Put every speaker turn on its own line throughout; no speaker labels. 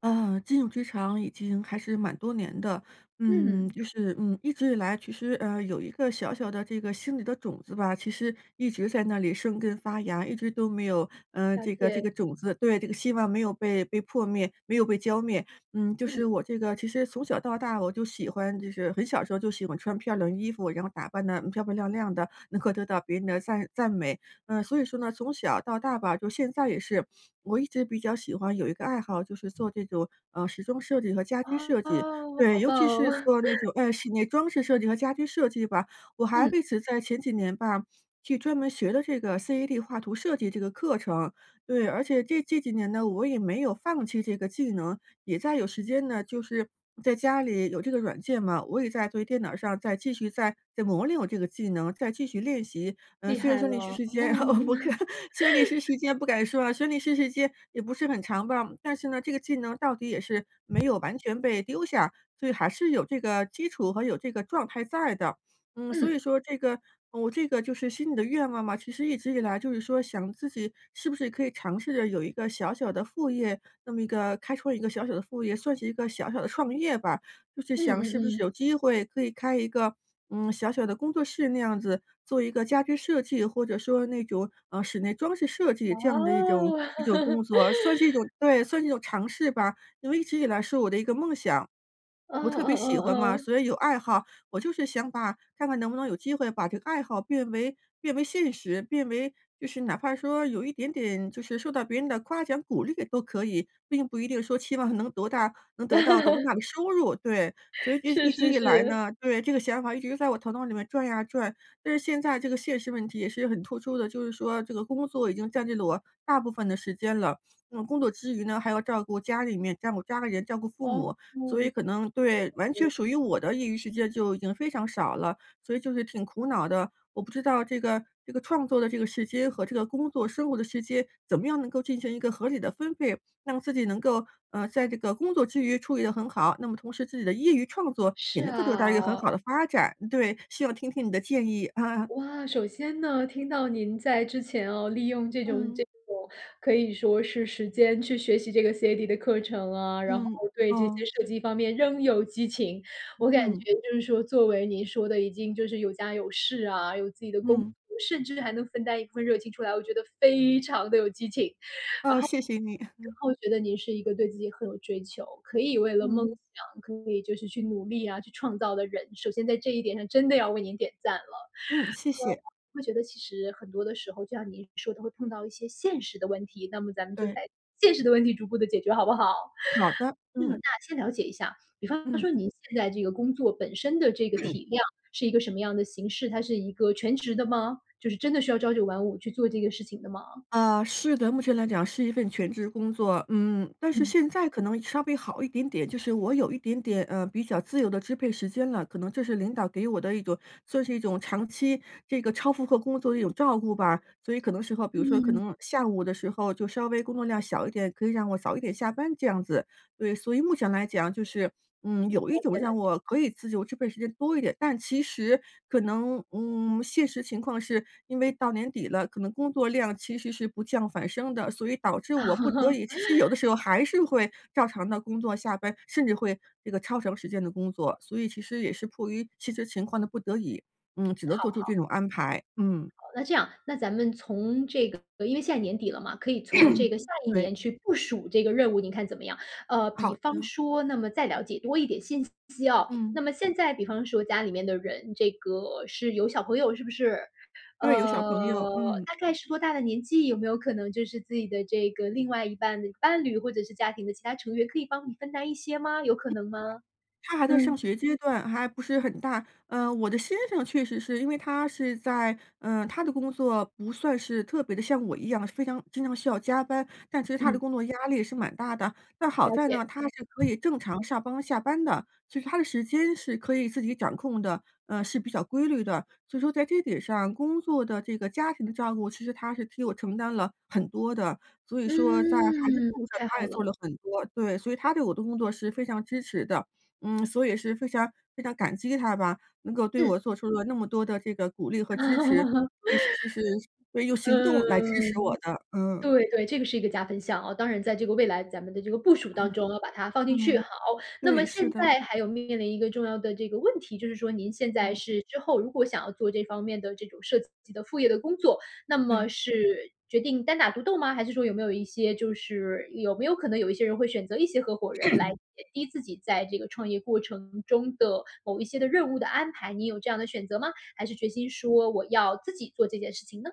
进入职场已经还是蛮多年的，
嗯，
就是，一直以来其实，有一个小小的这个心里的种子吧，其实一直在那里生根发芽，一直都没有，
小
这个这
姐。
个种子对，这个希望没有被破灭，没有被浇灭。就是
嗯。
我这个其实从小到大我就喜欢就是很小时候就喜欢穿漂亮衣服，然后打扮的漂漂亮亮的，能够得到别人的赞美。所以说呢，从小到大吧，就现在也是，我一直比较喜欢有一个爱好，就是做这种，时装设计和家居设计。
哦，
对，
好
尤
棒
其
哦。
是做那 种，室内装饰设计和家居设计吧，我还
嗯，
为此在前几年吧，去专门学了这个 CAD 画图设计这个课程。对，而且这几年呢，我也没有放弃这个技能，也在有时间呢，就是在家里有这个软件嘛，我也在对电脑上再继续再磨练我这个技能，再继续练习。
厉
虽然
害
说你是
了。
时间，我不
嗯。
敢虽然你是时间不敢说啊，虽然你是时间也不是很长吧，但是呢，这个技能到底也是没有完全被丢下，所以还是有这个基础和有这个状态在的。所以
嗯。
说这个我这个就是心里的愿望嘛，其实一直以来就是说想自己是不是可以尝试着有一个小小的副业，那么一个开创一个小小的副业，算是一个小小的创业吧。就是
嗯
想是
嗯
不是
嗯。
有机会可以开一个，小小的工作室那样子，做一个家居设计，或者说那种，室内装饰设计
哇
这样的一种
哦。
一种工 作，算是一种对，算是一种尝试吧。因为一直以来是我的一个梦想。
嗯
我特别
嗯
喜欢嘛，
嗯
所以有爱好，我就是想把看看能不能有机会把这个爱好变为现实，变为就是哪怕说有一点点就是受到别人的夸奖鼓励都可以，并不一定说期望能多大能得到多么大
嗯。
的 收入，对。所以一
是
一直
是
以来
是。
呢，对，这个想法一直在我头脑里面转呀转，但是现在这个现实问题也是很突出的，就是说这个工作已经占据了我大部分的时间了，那么工作之余呢，还要照顾家里面，照顾家里人，照顾父
哦。
母，所以
嗯，
可能对，完全属于我的业余时间就已经非常少了，所以就是挺苦恼的。我不知道这个这个创作的这个时间和这个工作生活的时间，怎么样能够进行一个合理的分配，让自己能够，在这个工作之余处理得很好，那么同时自己的业余创作也
是
能够得到一个很好的
啊。
发展。对，希望听听你的建议，啊。
哇，首先呢，听到您在之前哦，利用这种
嗯，
这种可以说是时间去学习这个 CAD 的课程啊，然后
嗯，
对这些
哦，
设计方面仍有激情。我感
嗯，
觉就是说，作为您说的已经就是有家有室啊，有自己的工作，
嗯，
甚至还能分担一部分热情出来，我觉得非常的有激情。然
哦，
后
谢谢你，
然 后觉得您是一个对自己很有追求，可以为了梦
嗯，
想，可以就是去努力啊，去创造的人，首先在这一点上真的要为您点赞了。
嗯，谢
呃，
谢，
会觉得其实很多的时候，就像您说的会碰到一些现实的问题，那么咱们就
对，
在现实的问题逐步的解决好不好？
好的，
嗯，
嗯，
那先了解一下，比方
嗯。
说您现在这个工作本身的这个体量是一个什么样的形式？它是一个全职的吗？就是真的需要朝九晚五去做这个事情的吗？
啊，是的，目前来讲是一份全职工作，但是
嗯
现在可能稍微好一点点，就是我有一点点比较自由的支配时间了，可能这是领导给我的一种算是一种长期这个超负荷工作的一种照顾吧，所以可能时候，比如说可
嗯。
能下午的时候就稍微工作量小一点，可以让我早一点下班这样子。对，所以目前来讲就是，有一
了
种
解了
让
解。
我可以自由支配时间多一点，但其实可能，现实情况是因为到年底了，可能工作量其实是不降反升的，所以导致我不得已，其 实有的时候还是会照常的工作下班，甚至会这个超长时间的工作，所以其实也是迫于现实情况的不得已，只能做出这种安排。嗯，
啊，那这样，那咱们从这个因为现在年底了嘛，可以从这个下一
对，
年去部署这个任务，您看怎么样？比
好
方
的，
说，那么再了解多一点信息哦。
嗯，
那么现在比方说家里面的人，这个是有小朋友是不是？
因为有小
呃，
朋友，嗯。
大概是多大的年纪？有没有可能就是自己的这个另外一半的伴侣，或者是家庭的其他成员，可以帮你分担一些吗？有可能吗？
他还在上
嗯。
学阶段，还不是很大。我的先生确实是因为他是在他的工作不算是特别的像我一样，非常经常需要加班，但其实他的
嗯，
工作压力是蛮大的。但好
了
在呢，
解。
他是可以正常上班下班的，其实他的时间是可以自己掌控的，是比较规律的。所以说在这点上，工作的这个家庭的照顾，其实他是替我承担了很多的。所以说在孩子照
嗯，
顾上，
太
他也
好
做
了。
了很多，对，所以他对我的工作是非常支持的。所以也是非常非常感激他吧，能够对
嗯。
我做出了那么多的这个鼓励和支持，所以是是是对，用行动来支持
嗯，
我的，嗯，
对对，这个是一个加分项啊，当然在这个未来咱们的这个部署当中要把它放进去，好。
嗯，
那
对，
么现
是的，
在还有面临一个重要的这个问题，就是说您现在
嗯，
是之后如果想要做这方面的这种设计的副业的工作，那么
对。
是决定单打独斗吗？还是说有没有一些就是有没有可能有一些人会选择一些合伙人来减低自己在这个创业过程中的某一些的任务的安排，你有这样的选择吗？还是决心说我要自己做这件事情呢？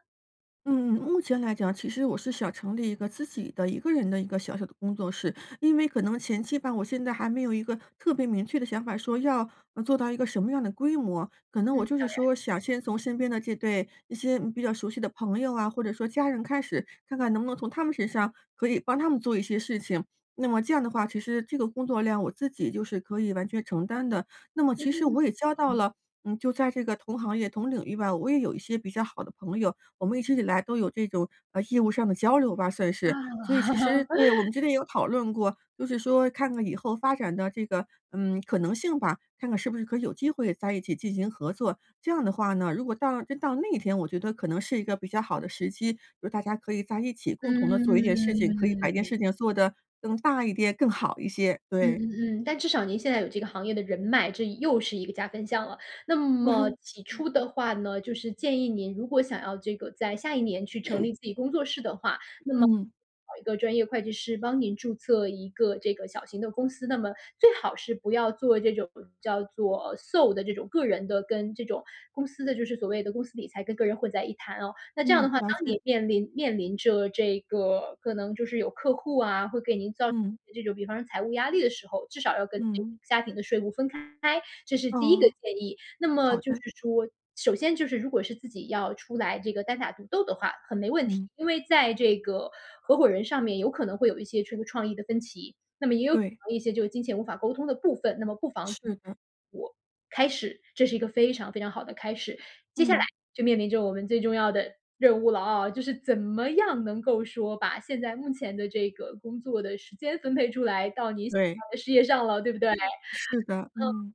嗯，目前来讲，其实我是想成立一个自己的一个人的一个小小的工作室，因为可能前期吧，我现在还没有一个特别明确的想法，说要做到一个什么样的规模。可能我
嗯。
就是说，想先从身边的这对一些比较熟悉的朋友啊，或者说家人开始，看看能不能从他们身上可以帮他们做一些事情。那么这样的话，其实这个工作量我自己就是可以完全承担的。那么其实
嗯。
我也交到了，就在这个同行业、同领域吧，我也有一些比较好的朋友。我们一直以来都有这种，业务上的交流吧，算
啊。
是。所以其实 对，我们之间也有讨论过，就是说看看以后发展的这个，可能性吧，看看是不是可以有机会在一起进行合作。这样的话呢，如果到真到那一天，我觉得可能是一个比较好的时机，就是大家可以在一起共同的做一件事情，可以把一件
嗯。
事情做得更大一点、更好一些，
嗯
对。
嗯嗯，但至少您现在有这个行业的人脉，这又是一个加分项了。那么 起初的话呢，就是建议您如果想要这个在下一年去成立自己工作室的话，那么
嗯，
找一个专业会计师帮您注册一个这个小型的公司。那么最好是不要做这种叫做 sole 的这种个人的跟这种公司的，就是所谓的公司理财跟个人混在一谈哦。那这样
嗯，
的话，
了
当
解，
你面临着这个可能就是有客户啊，会给您造
嗯，
这种比方说财务压力的时候，至少要跟这个
嗯，
家庭的税务分开，这是第一个
哦，
建议。那么
好
就
的，
是说，首先就是如果是自己要出来这个单打独斗的话，很没问题，
嗯，
因为在这个合伙人上面有可能会有一些这个创意的分歧，那么也有可
对，
能一些这个金钱无法沟通的部分，那么不妨
是的，
活开始，这是一个非常非常好的开始。接下来
嗯，
就面临着我们最重要的任务了啊，就是怎么样能够说把现在目前的这个工作的时间分配出来到你喜
对。
欢的事业上了，对不对？嗯。
是的，嗯。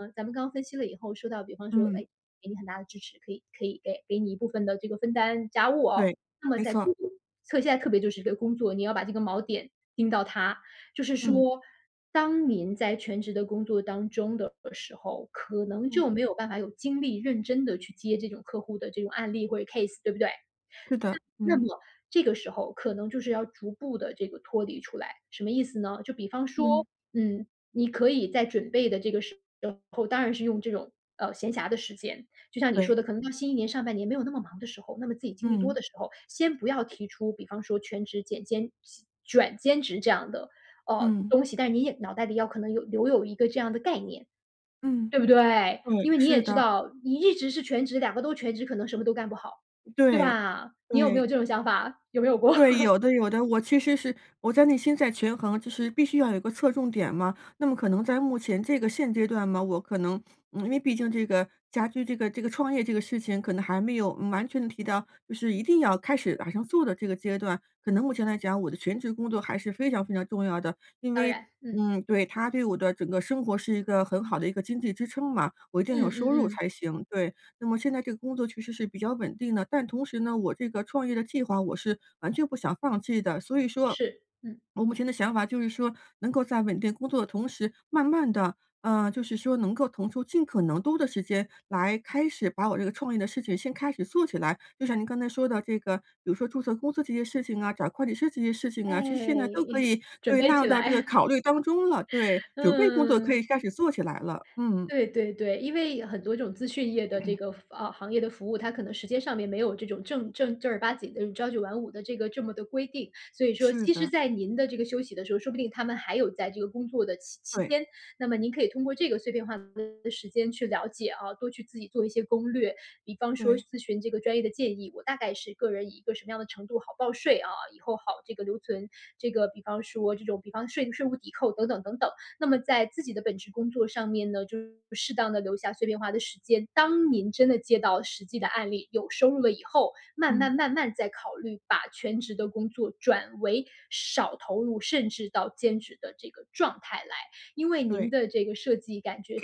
咱们刚刚分析了以后，说到比方说，
嗯，
哎，给你很大的支持，可以可以给你一部分的这个分担家务哦。
对，
那么
没
在
错，
工作，特现在特别就是一个工作，你要把这个锚点盯到它，就是嗯
嗯，
说，当您在全职的工作当中的时候，可能
嗯，
就没有办法有精力认真的去接这种客户的这种案例或者 case，对不对？
是的。
那
嗯，
么这个时候可能就是要逐步的这个脱离出来，什么意思呢？就比方
嗯，
说，你可以在准备的这个时候，当然是用这种，闲暇的时间，就像你说
对，
的，可能到新一年上半年没有那么忙的时候，那么自己精力多
嗯。
的时候，先不要提出比方说全职减兼转兼职这样的，
嗯，
东西，但是你也脑袋里要可能有留有一个这样的概念。
嗯。
对不对？
对，
因为你
是
也知
的，
道，你一直是全职，两个都全职，可能什么都干不好，对
对，
吧？你有没有
对。
这种想法？有没有过？
对，有的有的，我其实是我在内心在权衡，就是必须要有一个侧重点嘛。那么可能在目前这个现阶段嘛，我可能，因为毕竟这个家居这个创业这个事情，可能还没有完全的提到，就是一定要开始打上做的这个阶段。可能目前来讲，我的全职工作还是非常非常重要的，因
当
为，
然。嗯。
对，它对我的整个生活是一个很好的一个经济支撑嘛，我一定要
嗯
有收入
嗯嗯。
才行。对，那么现在这个工作其实是比较稳定的，但同时呢，我这个创业的计划我是完全不想放弃的。所以说，
是。嗯。
我目前的想法就是说，能够在稳定工作的同时，慢慢的，就是说能够腾出尽可能多的时间来开始把我这个创业的事情先开始做起来。就像您刚才说的这个，比如说注册公司这些事情啊，找会计师这些事情
哎。
啊，其实现在都可 以
准
对，
备
纳入
起
到这个
来。
考虑当中了。对，准备工作可以
嗯。
开始做起来了。嗯，
对对对，因为很多这种资讯业的这个啊，行业的服务，它可能时间上面没有这种正儿八经的朝九晚五的这个这么的规定。所以说
是
其实
的，
在您的这个休息的时候，说不定他们还有在这个工作的期期
对，
间，那么您可以通过这个碎片化的时间去了解啊，多去自己做一些攻略。比方说
对，
咨询这个专业的建议，我大概是个人以一个什么样的程度好报税啊，以后好这个留存这个比方说这种比方税务抵扣等等等等。那么在自己的本职工作上面呢，就是适当的留下碎片化的时间。当您真的接到实际的案例，有收入了以后，慢
嗯。
慢慢慢再考虑把全职的工作转为少投入，甚至到兼职的这个状态来。因为您
对，
的这个设计感觉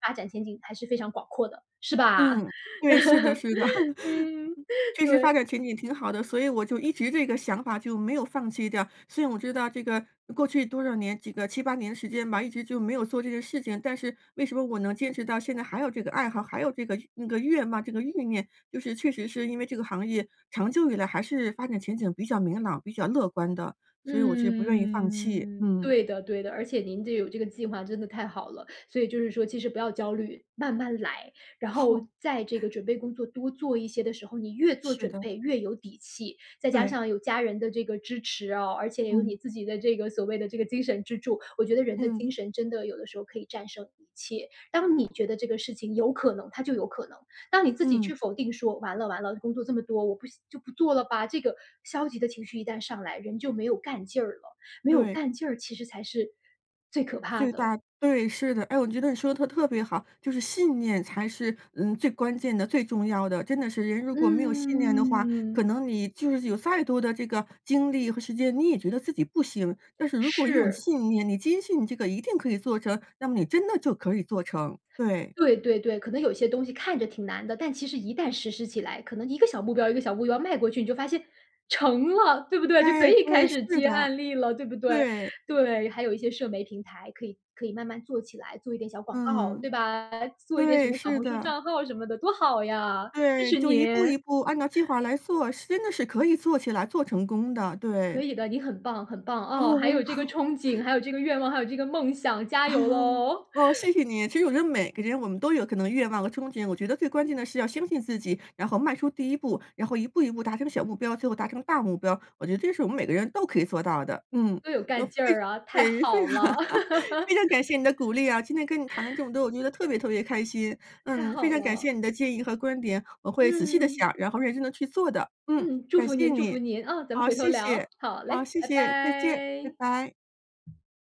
发展前景还是非常广阔的，是吧？
嗯，对，是的是的，
嗯，
确实发
对。
展前景挺好的，所以我就一直这个想法就没有放弃掉。虽然我知道这个过去多少年，几个七八年的时间吧，一直就没有做这件事情，但是为什么我能坚持到现在还有这个爱好，还有这个那个愿望，这个欲念，就是确实是因为这个行业长久以来还是发展前景比较明朗、比较乐观的，所以我是不愿意放弃。
嗯，
嗯，
对的对的，而且您这有这个计划真的太好了，所以就是说其实不要焦虑，慢慢来。然 后
哦。
在这个准备工作多做一些的时候，你越做
是
准
的，
备越有底气，再加
对，
上有家人的这个支持哦，而且也有你
嗯，
自己的这个所谓的这个精神支柱，我觉得人的
嗯，
精神真的有的时候可以战胜一切。当你觉得这个事情有可能，它就有可能。当你自己
嗯，
去否定说，完了完了，工作这么多，我不就不做了吧。这个消极的情绪一旦上来，人就没有干劲儿了，没有
对。
干劲儿其实才是最可怕
最
的。
大对，是的。哎，我觉得你说的特别好，就是信念才是，最关键的、最重要的。真的是人如果没有信念的话，可
嗯，
能你就是有再多的这个精力和时间，你也觉得自己不行。但是如果一种
是。
信念，你坚信你这个一定可以做成，那么你真的就可以做成。对，
对对对，可能有些东西看着挺难的，但其实一旦实施起来，可能一个小目标一个小目标迈过去，你就发现成了，对不对？就可
哎，
以
对，
开
是
始接
的，
案例了，对不对？
对，
对，还有一些社媒平台可以可以慢慢做起来，做一点小广告，
嗯，
对吧？做一点什
对，
么小
是
红书
的，
账号什么的，多好呀！支
对，
持
就一步
您，
一步按照计划来做，是真的是可以做起来、做成功的，
可
对。
以的，你很棒，很棒哦！
哦，
还
我
有这个憧憬，还有这个愿望，还有这个梦想，加
啊，
油喽！
哦，谢谢你。其实我觉得每个人我们都有可能愿望和憧憬，我觉得最关键的是要相信自己，然后迈出第一步，然后一步一步达成小目标，最后达成大目标。我觉得这是我们每个人都可以做到的。嗯，
多有
那
干
非
劲儿啊！太
对，非
好
常
了。
非常感谢你的鼓励啊！今天跟你谈了这么多，我觉得特别特别开心。
太
非
好
常感谢
了。
你的建议和观点，我会仔细的
嗯。
想，然后认真的去做的。嗯，
嗯，祝
感
福
谢
您，祝
你。
福您，啊，咱们
好，
回头
谢谢。
聊，好
好，
嘞，
谢
拜
谢，再见，拜
拜。
拜。